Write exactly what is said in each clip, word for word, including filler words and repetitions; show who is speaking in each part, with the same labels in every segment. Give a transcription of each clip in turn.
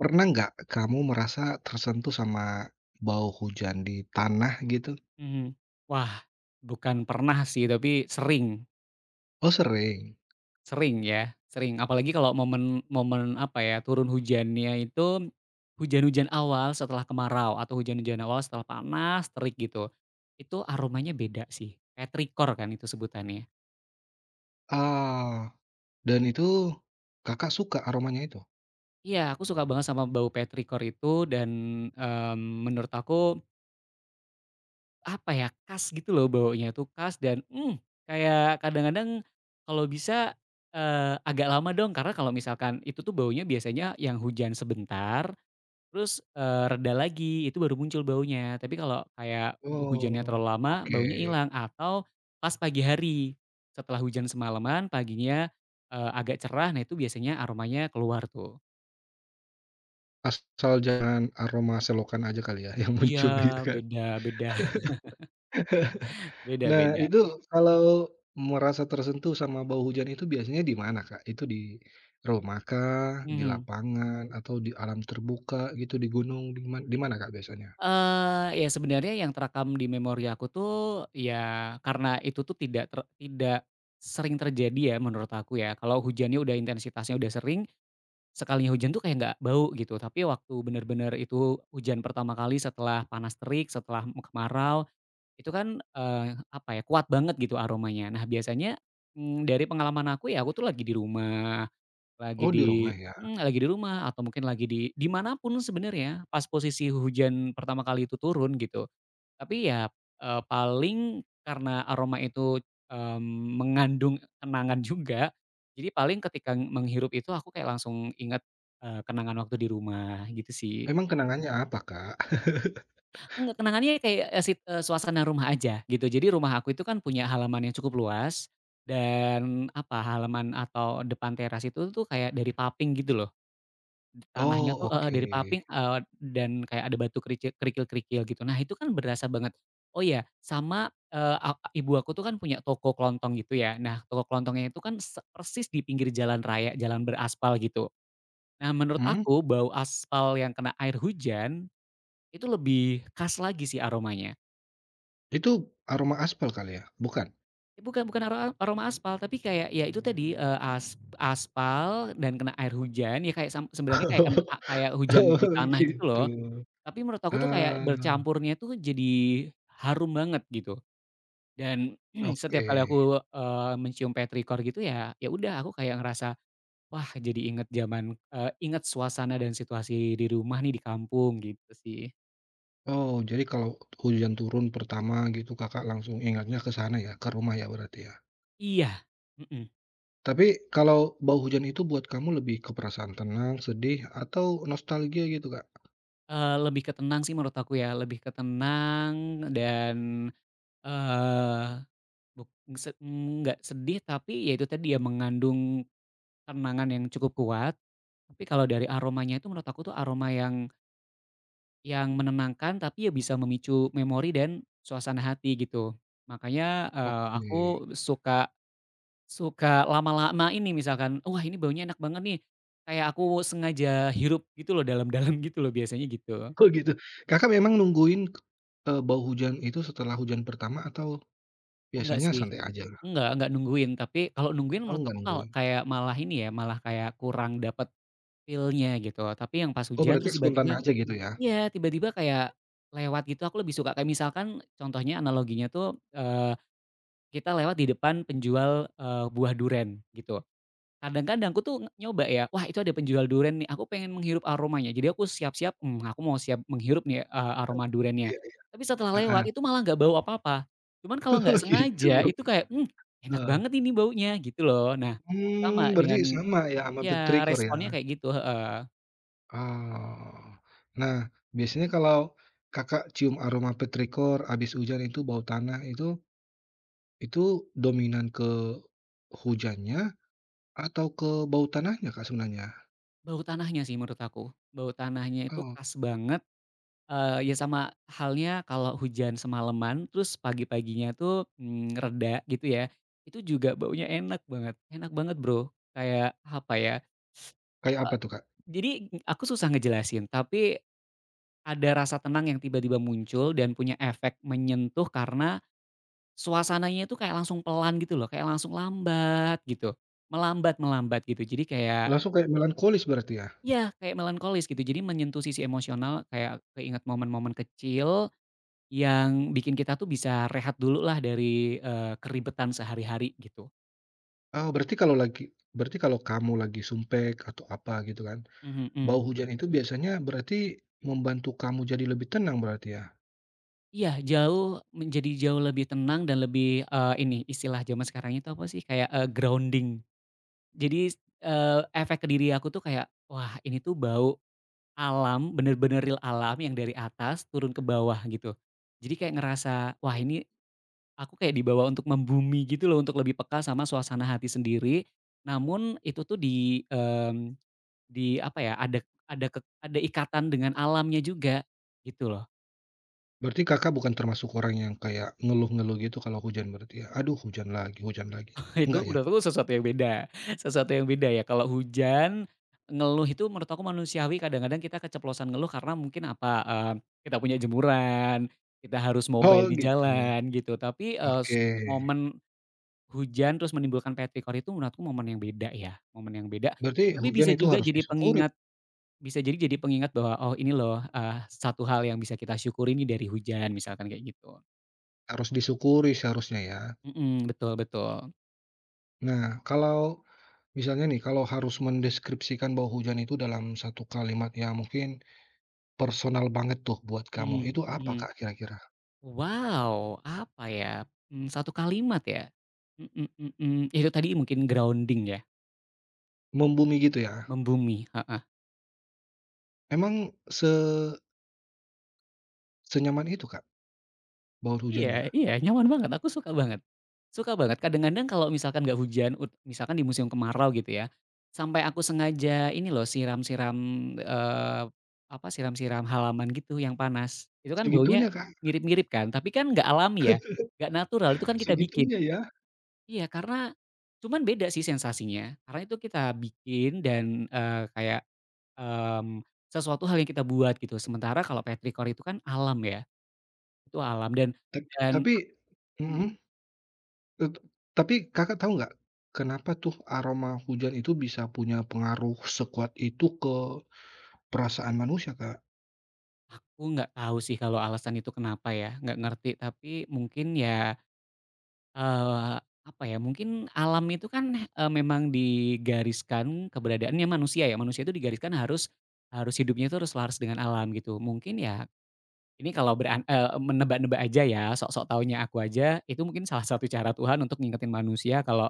Speaker 1: Pernah nggak kamu merasa tersentuh sama bau hujan di tanah gitu?
Speaker 2: Mhm. Wah, bukan pernah sih, tapi sering
Speaker 1: Oh sering?
Speaker 2: sering ya, sering. Apalagi kalau momen momen apa ya, turun hujannya itu, hujan-hujan awal setelah kemarau atau hujan-hujan awal setelah panas terik gitu. Itu aromanya beda sih, petrikor kan itu sebutannya.
Speaker 1: Ah dan itu Kakak suka aromanya itu?
Speaker 2: Iya, aku suka banget sama bau petrikor itu dan, mmm, menurut aku Apa ya, khas gitu loh baunya tuh khas dan, mmm, kayak kadang-kadang kalau bisa, eee, agak lama dong karena kalau misalkan itu tuh baunya biasanya yang hujan sebentar, terus, eee, reda lagi itu baru muncul baunya. Tapi kalau kayak hujannya
Speaker 1: Oh,
Speaker 2: terlalu lama
Speaker 1: oke.
Speaker 2: baunya hilang atau pas pagi hari, setelah hujan semalaman paginya, eee, agak cerah, nah itu biasanya aromanya keluar tuh.
Speaker 1: Asal jangan aroma selokan aja kali ya yang
Speaker 2: Iya,
Speaker 1: muncul ya kan?
Speaker 2: beda, beda beda
Speaker 1: Nah
Speaker 2: beda,
Speaker 1: itu kalau merasa tersentuh sama bau hujan itu biasanya di mana, Kak? Itu di rumah kah, di
Speaker 2: mhm.
Speaker 1: lapangan, atau di alam terbuka gitu, di gunung, di mana? Di mana, Kak, biasanya?
Speaker 2: Eee, ya sebenarnya yang terekam di memori aku tuh, ya karena itu tuh tidak ter tidak sering terjadi ya menurut aku ya. Kalau hujannya udah intensitasnya udah sering, sekalinya hujan tuh kayak nggak bau gitu. Tapi waktu bener-bener itu hujan pertama kali setelah panas terik, setelah me kemarau, itu kan, eee, apa ya, kuat banget gitu aromanya. Nah biasanya, mmm, dari pengalaman aku ya, aku tuh lagi di rumah, lagi
Speaker 1: Oh di
Speaker 2: di
Speaker 1: rumah ya?
Speaker 2: mmm, lagi di rumah atau mungkin lagi di di mana pun sebenarnya pas posisi hujan pertama kali itu turun gitu. Tapi ya, eee, paling karena aroma itu, mmm, mengandung kenangan juga, jadi paling ketika menghirup itu aku kayak langsung inget, eee, kenangan waktu di rumah gitu sih.
Speaker 1: Emang kenangannya apa, Kak?
Speaker 2: Enggak, kenangannya kayak, eee, sit eee, suasana rumah aja gitu. Jadi rumah aku itu kan punya halaman yang cukup luas, dan apa, halaman atau depan teras itu tuh kayak dari paping gitu loh. Tanahnya
Speaker 1: Oh,
Speaker 2: tuh heeh,
Speaker 1: oke.
Speaker 2: dari paping, eee, dan kayak ada batu kericil kerikil-kerikil gitu. Nah itu kan berasa banget. Oh iya sama, eee, a ibu aku tuh kan punya toko kelontong gitu ya. Nah toko kelontongnya itu kan se persis di pinggir jalan raya, jalan beraspal gitu. Nah menurut
Speaker 1: Mhm,
Speaker 2: aku bau aspal yang kena air hujan, itu lebih khas lagi sih aromanya.
Speaker 1: itu aroma aspal kali ya? Bukan?
Speaker 2: Eh, bukan, bukan aro aroma aspal, tapi kayak ya itu tadi, eee, as aspal dan kena air hujan, ya kayak sam sebenarnya kayak ken a kayak hujan
Speaker 1: Oh,
Speaker 2: di tanah gitu
Speaker 1: gitu.
Speaker 2: loh. Tapi menurut aku tuh kayak
Speaker 1: Ah,
Speaker 2: bercampurnya tuh jadi harum banget gitu, dan setiap
Speaker 1: oke.
Speaker 2: kali aku, eee, mencium petrikor gitu ya, ya udah aku kayak ngerasa, wah jadi inget zaman eee, inget suasana dan situasi di rumah nih di kampung gitu sih.
Speaker 1: Oh, jadi kalau hujan turun pertama gitu Kakak langsung ingatnya ke sana ya, ke rumah ya berarti ya?
Speaker 2: Iya, mhm,
Speaker 1: Tapi kalau bau hujan itu buat kamu lebih ke perasaan tenang, sedih, atau nostalgia gitu, Kak?
Speaker 2: eee, lebih ke tenang sih menurut aku ya, lebih ke tenang dan, eee, buk se nggak sedih, tapi ya itu tadi ya mengandung kenangan yang cukup kuat. Tapi kalau dari aromanya itu menurut aku tuh aroma yang Yang menenangkan, tapi ya bisa memicu memori dan suasana hati gitu. Makanya, eee,
Speaker 1: Oke.
Speaker 2: aku suka suka lama-lama ini misalkan, "Wah, ini baunya enak banget nih," kayak aku sengaja hirup gitu loh dalam-dalam gitu loh biasanya gitu.
Speaker 1: Oh, gitu. Kakak memang nungguin, eee, bau hujan itu setelah hujan pertama atau
Speaker 2: Oh, enggak
Speaker 1: biasanya
Speaker 2: sih,
Speaker 1: santai aja?
Speaker 2: enggak enggak nungguin, tapi kalau nungguin
Speaker 1: Oh,
Speaker 2: menurut
Speaker 1: nggak
Speaker 2: aku kalau
Speaker 1: nentuin.
Speaker 2: kayak malah ini ya, malah kayak kurang dapat feel-nya gitu. Tapi yang pas
Speaker 1: Oh,
Speaker 2: hujan
Speaker 1: berarti
Speaker 2: terus
Speaker 1: spontan
Speaker 2: tiba-tiba,
Speaker 1: aja gitu ya?
Speaker 2: iya, tiba-tiba kayak lewat gitu aku lebih suka kayak misalkan contohnya analoginya tuh, eh, kita lewat di depan penjual, eee, buah duren gitu. Kadang-kadang aku tuh nge- nyoba ya, "Wah, itu ada penjual duren nih, aku pengen menghirup aromanya." Jadi aku siap-siap, hmm, aku mau siap menghirup nih, eee, aroma durennya.
Speaker 1: Iya iya.
Speaker 2: Tapi setelah lewat
Speaker 1: Heeh.
Speaker 2: itu malah nggak bau apa-apa. Cuman kalau
Speaker 1: Oh,
Speaker 2: nggak
Speaker 1: gitu.
Speaker 2: sengaja itu kayak, "Mmm, enak
Speaker 1: Heeh.
Speaker 2: banget ini baunya." Gitu loh. Nah,
Speaker 1: Mmm,
Speaker 2: sama
Speaker 1: berarti
Speaker 2: dengan
Speaker 1: sama ya sama
Speaker 2: ya
Speaker 1: petrikor ya?
Speaker 2: responnya kayak gitu, heeh.
Speaker 1: Oh. Nah, biasanya kalau Kakak cium aroma petrikor habis hujan itu bau tanah itu, itu dominan ke hujannya atau ke bau tanahnya, Kak, sebenarnya?
Speaker 2: Bau tanahnya sih menurut aku. Bau tanahnya itu
Speaker 1: Oh,
Speaker 2: khas banget. Eee, ya sama halnya kalau hujan semalaman, terus pagi-paginya tuh, mmm, reda gitu ya, itu juga baunya enak banget, enak banget, Bro, kayak apa ya,
Speaker 1: kayak apa tuh, Kak?
Speaker 2: jadi aku susah ngejelasin, tapi ada rasa tenang yang tiba-tiba muncul dan punya efek menyentuh karena suasananya itu kayak langsung pelan gitu loh, kayak langsung lambat gitu, melambat-melambat gitu. Jadi kayak,
Speaker 1: Langsung kayak melankolis berarti ya?
Speaker 2: ya kayak melankolis gitu, jadi menyentuh sisi emosional, kayak keinget momen-momen kecil Yang bikin kita tuh bisa rehat dulu lah dari, eee, keribetan sehari-hari gitu.
Speaker 1: Oh, berarti kalau lagi berarti kalau kamu lagi sumpek atau apa gitu kan
Speaker 2: Mhm,
Speaker 1: bau
Speaker 2: mhm.
Speaker 1: hujan itu biasanya berarti membantu kamu jadi lebih tenang berarti ya?
Speaker 2: Iya, jauh menjadi jauh lebih tenang dan lebih, eee, ini istilah zaman sekarang itu apa sih, kayak, eee, grounding. Jadi, eee, efek ke diri aku tuh kayak, wah ini tuh bau alam, bener-bener real alam yang dari atas turun ke bawah gitu. Jadi kayak ngerasa, wah ini aku kayak dibawa untuk membumi gitu loh, untuk lebih peka sama suasana hati sendiri. Namun itu tuh di, mmm Di apa ya, ada ada kek ada ikatan dengan alamnya juga, gitu loh.
Speaker 1: Berarti Kakak bukan termasuk orang yang kayak ngeluh-ngeluh gitu kalau hujan berarti ya? "Aduh hujan lagi hujan lagi."
Speaker 2: Itu
Speaker 1: Enggak ya?
Speaker 2: menurutku sesuatu yang beda, sesuatu yang beda ya, kalau hujan, ngeluh itu menurut aku manusiawi, kadang-kadang kita keceplosan ngeluh karena mungkin apa, eee, kita punya jemuran, kita harus mobile
Speaker 1: Oh
Speaker 2: di
Speaker 1: gitu,
Speaker 2: jalan gitu, tapi, eee, s
Speaker 1: oke.
Speaker 2: momen hujan terus menimbulkan petrikor itu menurutku momen yang beda ya, momen yang beda.
Speaker 1: Berarti
Speaker 2: Tapi bisa
Speaker 1: hujan itu
Speaker 2: juga
Speaker 1: harus
Speaker 2: jadi
Speaker 1: disyukuri
Speaker 2: pengingat, bisa jadi jadi pengingat bahwa, "Oh ini loh, eee, satu hal yang bisa kita syukuri nih dari hujan," misalkan kayak gitu.
Speaker 1: harus disyukuri seharusnya ya.
Speaker 2: Mhm, betul, betul.
Speaker 1: Nah kalau misalnya nih, kalau harus mendeskripsikan bau hujan itu dalam satu kalimat yang mungkin personal banget tuh buat kamu,
Speaker 2: Mhm,
Speaker 1: itu apa
Speaker 2: mhm.
Speaker 1: Kak kira-kira?
Speaker 2: Wow, apa ya, mmm, satu kalimat ya? Mhm, mhm, itu tadi mungkin grounding ya,
Speaker 1: Membumi gitu ya?
Speaker 2: membumi, heeh.
Speaker 1: Emang se senyaman itu Kak, bau
Speaker 2: Iya,
Speaker 1: hujannya?
Speaker 2: iya, nyaman banget, aku suka banget, suka banget. Kadang-kadang kalau misalkan nggak hujan, ut misalkan di musim kemarau gitu ya, sampai aku sengaja ini loh siram-siram, eee, apa, siram-siram halaman gitu yang panas. Itu kan baunya
Speaker 1: Segitunya, Kak,
Speaker 2: mirip-mirip kan, tapi kan nggak alami ya, nggak natural, itu kan kita bikin.
Speaker 1: segitunya ya.
Speaker 2: Iya, karena cuman beda sih sensasinya, karena itu kita bikin dan, eee, kayak, mmm, sesuatu hal yang kita buat gitu. Sementara kalau petrikor itu kan alam ya, itu alam dan
Speaker 1: Tap
Speaker 2: dan
Speaker 1: tapi mhm,
Speaker 2: mhm,
Speaker 1: tet tapi Kakak tahu nggak, kenapa tuh aroma hujan itu bisa punya pengaruh sekuat itu ke perasaan manusia, Kak?
Speaker 2: aku nggak tahu sih kalau alasan itu kenapa ya, nggak ngerti. Tapi mungkin ya, eee, apa ya, mungkin alam itu kan, eee, memang digariskan keberadaannya manusia ya, manusia itu digariskan harus harus hidupnya itu harus selaras dengan alam gitu. Mungkin ya, ini kalau beran eee, menebak-nebak aja ya, sok-sok taunya aku aja, itu mungkin salah satu cara Tuhan untuk ngingetin manusia kalau,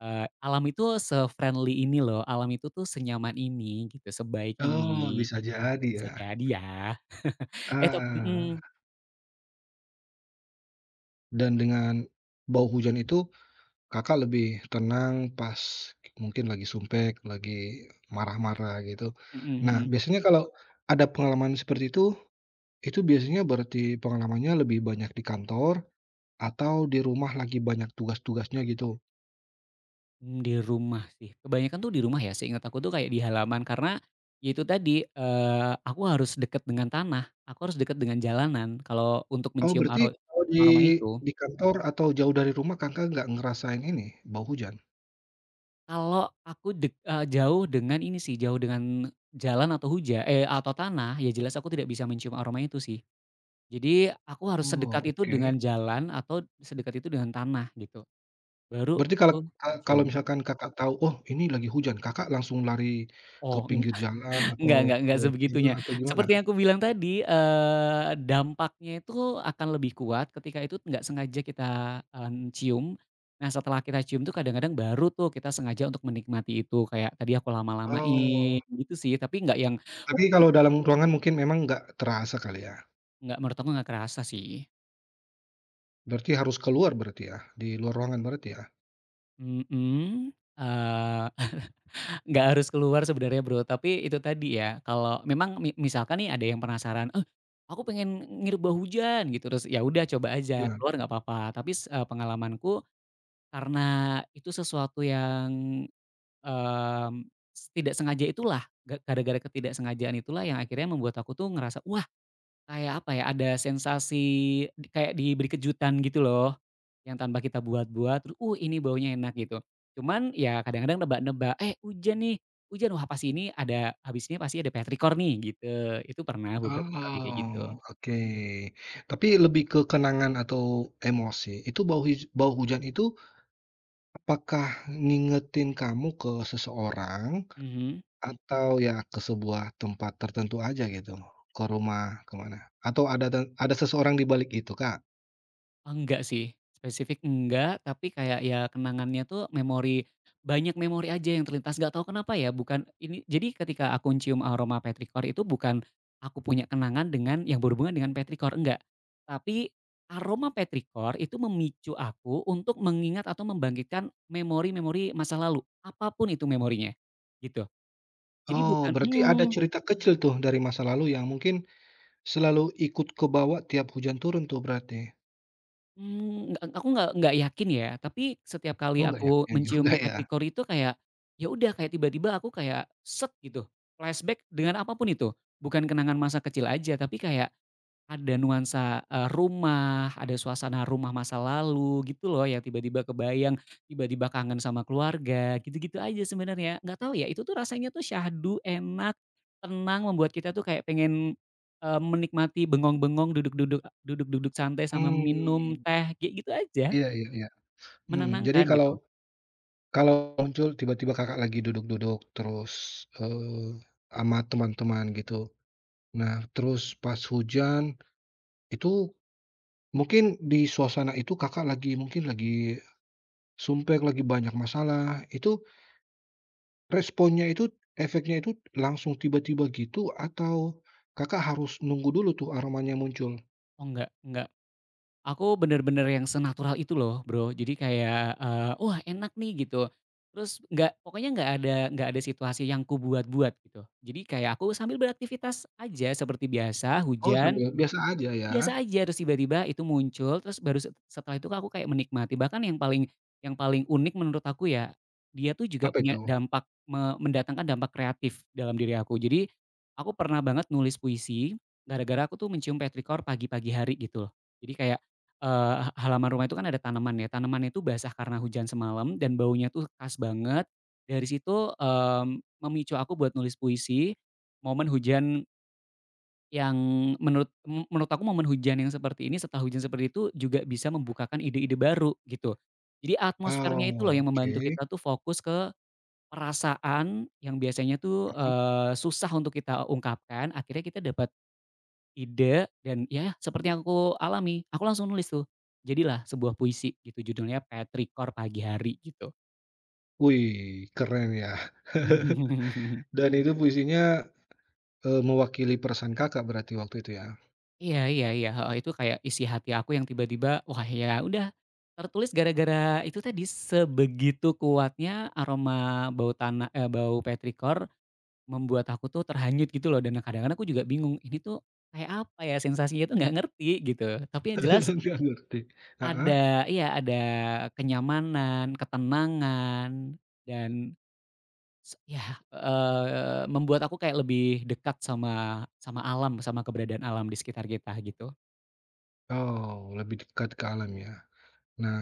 Speaker 2: eee, alam itu se-friendly ini loh, alam itu tuh senyaman ini gitu, sebaik
Speaker 1: Oh,
Speaker 2: ini.
Speaker 1: bisa jadi
Speaker 2: Bisa
Speaker 1: ya.
Speaker 2: jadi ya. Eh, tap
Speaker 1: Ah,
Speaker 2: mhm,
Speaker 1: dan dengan bau hujan itu Kakak lebih tenang pas mungkin lagi sumpek, lagi marah-marah gitu.
Speaker 2: mhm,
Speaker 1: Nah,
Speaker 2: mhm.
Speaker 1: biasanya kalau ada pengalaman seperti itu, itu biasanya berarti pengalamannya lebih banyak di kantor atau di rumah lagi banyak tugas-tugasnya gitu.
Speaker 2: Mmm, di rumah sih, kebanyakan tuh di rumah ya, seingat aku tuh kayak di halaman karena, ya itu tadi, eee, aku harus dekat dengan tanah, aku harus dekat dengan jalanan kalau untuk
Speaker 1: Oh,
Speaker 2: mencium
Speaker 1: berarti
Speaker 2: aro
Speaker 1: kalau di
Speaker 2: aroma itu.
Speaker 1: di kantor atau jauh dari rumah Kakak nggak ngerasain ini, bau hujan?
Speaker 2: Kalau aku deg eee, jauh dengan ini sih, jauh dengan jalan atau hujan, eh, atau tanah, ya jelas aku tidak bisa mencium aroma itu sih. Jadi aku harus sedekat
Speaker 1: Oh,
Speaker 2: itu
Speaker 1: oke.
Speaker 2: dengan jalan atau sedekat itu dengan tanah gitu, baru
Speaker 1: Berarti
Speaker 2: itu
Speaker 1: kalau ka kalau
Speaker 2: kecium.
Speaker 1: misalkan Kakak tahu, "Oh, ini lagi hujan," Kakak langsung lari ke
Speaker 2: Oh,
Speaker 1: pinggir jalan atau
Speaker 2: Enggak, enggak,
Speaker 1: ke
Speaker 2: enggak
Speaker 1: tanah
Speaker 2: sebegitunya.
Speaker 1: atau gimana?
Speaker 2: Seperti yang aku bilang tadi, eee, dampaknya itu akan lebih kuat ketika itu nggak sengaja kita, mmm, cium. Nah, setelah kita cium tuh kadang-kadang baru tuh kita sengaja untuk menikmati itu, kayak tadi aku
Speaker 1: Oh,
Speaker 2: lama-lamain gitu sih, tapi nggak yang
Speaker 1: tapi kalau dalam ruangan mungkin memang nggak terasa kali ya?
Speaker 2: nggak, menurut aku nggak kerasa sih.
Speaker 1: Berarti harus keluar berarti ya? Di luar ruangan berarti ya?
Speaker 2: Mhm, eee nggak harus keluar sebenarnya, Bro, tapi itu tadi ya, kalau memang mi misalkan nih ada yang penasaran, "Eh, aku pengen ngirit bau hujan," gitu, terus ya udah coba aja,
Speaker 1: Iya.
Speaker 2: keluar nggak apa-apa. Tapi s eee, pengalamanku karena itu sesuatu yang, mmm, s tidak sengaja itulah, ga gara-gara ketidaksengajaan itulah yang akhirnya membuat aku tuh ngerasa, "Wah." Kayak apa ya, ada sensasi di kayak diberi kejutan gitu loh, yang tanpa kita buat-buat, terus, "Uh, ini baunya enak," gitu. Cuman ya kadang-kadang nebak-nebak, "Eh, hujan nih, hujan, wah pasti ini ada, habis ini pasti ada petrichor nih," gitu. Itu pernah beberapa kali kayak gitu.
Speaker 1: Oh, oke. Tapi lebih ke kenangan atau emosi, itu bau hij bau hujan itu apakah ngingetin kamu ke seseorang
Speaker 2: Mhm.
Speaker 1: atau ya ke sebuah tempat tertentu aja gitu? Ke rumah, kemana atau ada ten ada seseorang di balik itu, Kak?
Speaker 2: Enggak sih, spesifik enggak, tapi kayak ya kenangannya tuh memori banyak memori aja yang terlintas, nggak tahu kenapa ya, bukan ini jadi ketika aku cium aroma petrikor itu bukan aku punya kenangan dengan yang berhubungan dengan petrikor, enggak. Tapi aroma petrikor itu memicu aku untuk mengingat atau membangkitkan memori-memori masa lalu, apapun itu memorinya, gitu. Jadi
Speaker 1: Oh,
Speaker 2: bukan
Speaker 1: berarti ada
Speaker 2: mhm.
Speaker 1: cerita kecil tuh dari masa lalu yang mungkin selalu ikut kebawa tiap hujan turun tuh berarti?
Speaker 2: Mmm, nggak, aku nggak nggak yakin ya, tapi setiap kali
Speaker 1: Oh, nggak
Speaker 2: aku
Speaker 1: yakin juga
Speaker 2: mencium
Speaker 1: ya?
Speaker 2: petrichor itu kayak, ya udah kayak tiba-tiba aku kayak, set gitu, flashback dengan apa pun itu. Bukan kenangan masa kecil aja, tapi kayak ada nuansa, eee, rumah, ada suasana rumah masa lalu gitu loh yang tiba-tiba kebayang, tiba-tiba kangen sama keluarga, gitu-gitu aja sebenarnya. Nggak tahu ya, itu tuh rasanya tuh syahdu, enak, tenang, membuat kita tuh kayak pengen, eee, menikmati bengong-bengong, duduk-duduk duduk-duduk santai sama minum
Speaker 1: Hmm,
Speaker 2: teh, kayak gitu aja,
Speaker 1: iya iya iya. Mmm, jadi
Speaker 2: menenangkan
Speaker 1: kalau
Speaker 2: gitu.
Speaker 1: kalau muncul tiba-tiba Kakak lagi duduk-duduk terus, eee, sama teman-teman gitu. Nah, terus pas hujan itu mungkin di suasana itu Kakak lagi mungkin lagi sumpek, lagi banyak masalah, itu responnya itu efeknya itu langsung tiba-tiba gitu atau Kakak harus nunggu dulu tuh aromanya muncul?
Speaker 2: Oh, nggak, nggak. Aku bener-bener yang senatural itu loh, Bro. Jadi kayak, eee, wah enak nih gitu. Terus nggak, pokoknya nggak ada, nggak ada situasi yang buat buat gitu. Jadi kayak aku sambil beraktivitas aja seperti biasa,
Speaker 1: Oh
Speaker 2: hujan
Speaker 1: sambil biasa aja ya?
Speaker 2: biasa aja, terus tiba-tiba itu muncul, terus baru set setelah itu aku kayak menikmati. Bahkan yang paling yang paling unik menurut aku ya, dia tuh juga
Speaker 1: Apa
Speaker 2: punya
Speaker 1: itu?
Speaker 2: dampak me mendatangkan dampak kreatif dalam diri aku. Jadi, aku pernah banget nulis puisi, gara-gara aku tuh mencium petrikor pagi-pagi hari gitu loh. Jadi kayak, eee, ha halaman rumah itu kan ada tanaman ya, tanaman itu basah karena hujan semalam dan baunya tuh khas banget. Dari situ, mmm, memicu aku buat nulis puisi, momen hujan yang menurut m menurut aku momen hujan yang seperti ini, setelah hujan seperti itu juga bisa membukakan ide-ide baru gitu. Jadi atmosfernya itu loh
Speaker 1: Oh,
Speaker 2: yang
Speaker 1: oke.
Speaker 2: membantu kita tuh fokus ke perasaan yang biasanya tuh,
Speaker 1: Mhm.
Speaker 2: eee, susah untuk kita ungkapkan, akhirnya kita dapat ide, dan ya seperti yang aku alami, aku langsung nulis tuh. Jadilah sebuah puisi gitu, judulnya Petrikor Pagi Hari gitu.
Speaker 1: Wih, keren ya. Dan itu puisinya Eee, mewakili perasaan Kakak berarti waktu itu ya?
Speaker 2: Iya, iya, iya, heeh, itu kayak isi hati aku yang tiba-tiba, wah ya udah tertulis gara-gara itu tadi, sebegitu kuatnya aroma bau tanah, eee, bau petrikor membuat aku tuh terhanyut gitu loh, dan kadang-kadang aku juga bingung, ini tuh kayak apa ya sensasinya tuh nggak ngerti gitu. Tapi yang jelas
Speaker 1: Nggak ngerti. Heeh.
Speaker 2: ada, iya, ada kenyamanan, ketenangan, dan s ya, eee, membuat aku kayak lebih dekat sama sama alam, sama keberadaan alam di sekitar kita gitu.
Speaker 1: Oh, lebih dekat ke alam ya. Nah,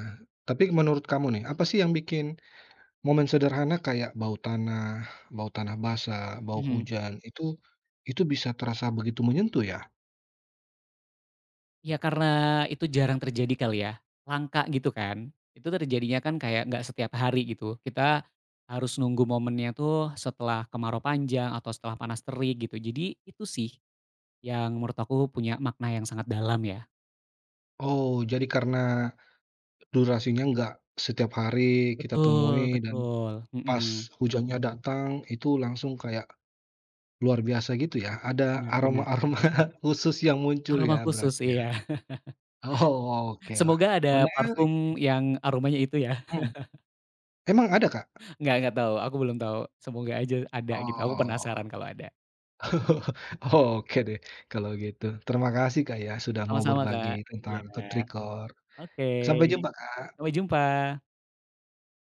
Speaker 1: tapi menurut kamu nih, apa sih yang bikin momen sederhana kayak bau tanah, bau tanah basah, bau
Speaker 2: Mhm.
Speaker 1: hujan, itu itu bisa terasa begitu menyentuh ya?
Speaker 2: Ya karena itu jarang terjadi kali ya, langka gitu kan. Itu terjadinya kan kayak nggak setiap hari gitu. Kita harus nunggu momennya tuh setelah kemarau panjang atau setelah panas terik gitu. Jadi itu sih yang menurut aku punya makna yang sangat dalam ya.
Speaker 1: Oh, jadi karena durasinya nggak setiap hari kita temui
Speaker 2: Betul,
Speaker 1: dan
Speaker 2: betul,
Speaker 1: pas
Speaker 2: mhm,
Speaker 1: hujannya datang itu langsung kayak luar biasa gitu ya? Ada
Speaker 2: benar, bener.
Speaker 1: aroma-aroma khusus yang muncul
Speaker 2: Aroma
Speaker 1: ya
Speaker 2: khusus,
Speaker 1: berarti ya?
Speaker 2: iya.
Speaker 1: Oh, oke, wah,
Speaker 2: Semoga ada
Speaker 1: menarik.
Speaker 2: parfum yang aromanya itu ya.
Speaker 1: Mhm, emang ada, Kak?
Speaker 2: Nggak nggak tahu, aku belum tahu. Semoga aja ada gitu, aku
Speaker 1: Oh.
Speaker 2: penasaran kalau ada.
Speaker 1: Oke deh kalau gitu. Terima kasih, Kak, ya, sudah mau
Speaker 2: Sama-sama
Speaker 1: berbagi
Speaker 2: Kak, iya.
Speaker 1: tentang ketrikor.
Speaker 2: Oke,
Speaker 1: Sampai jumpa.
Speaker 2: sampai jumpa.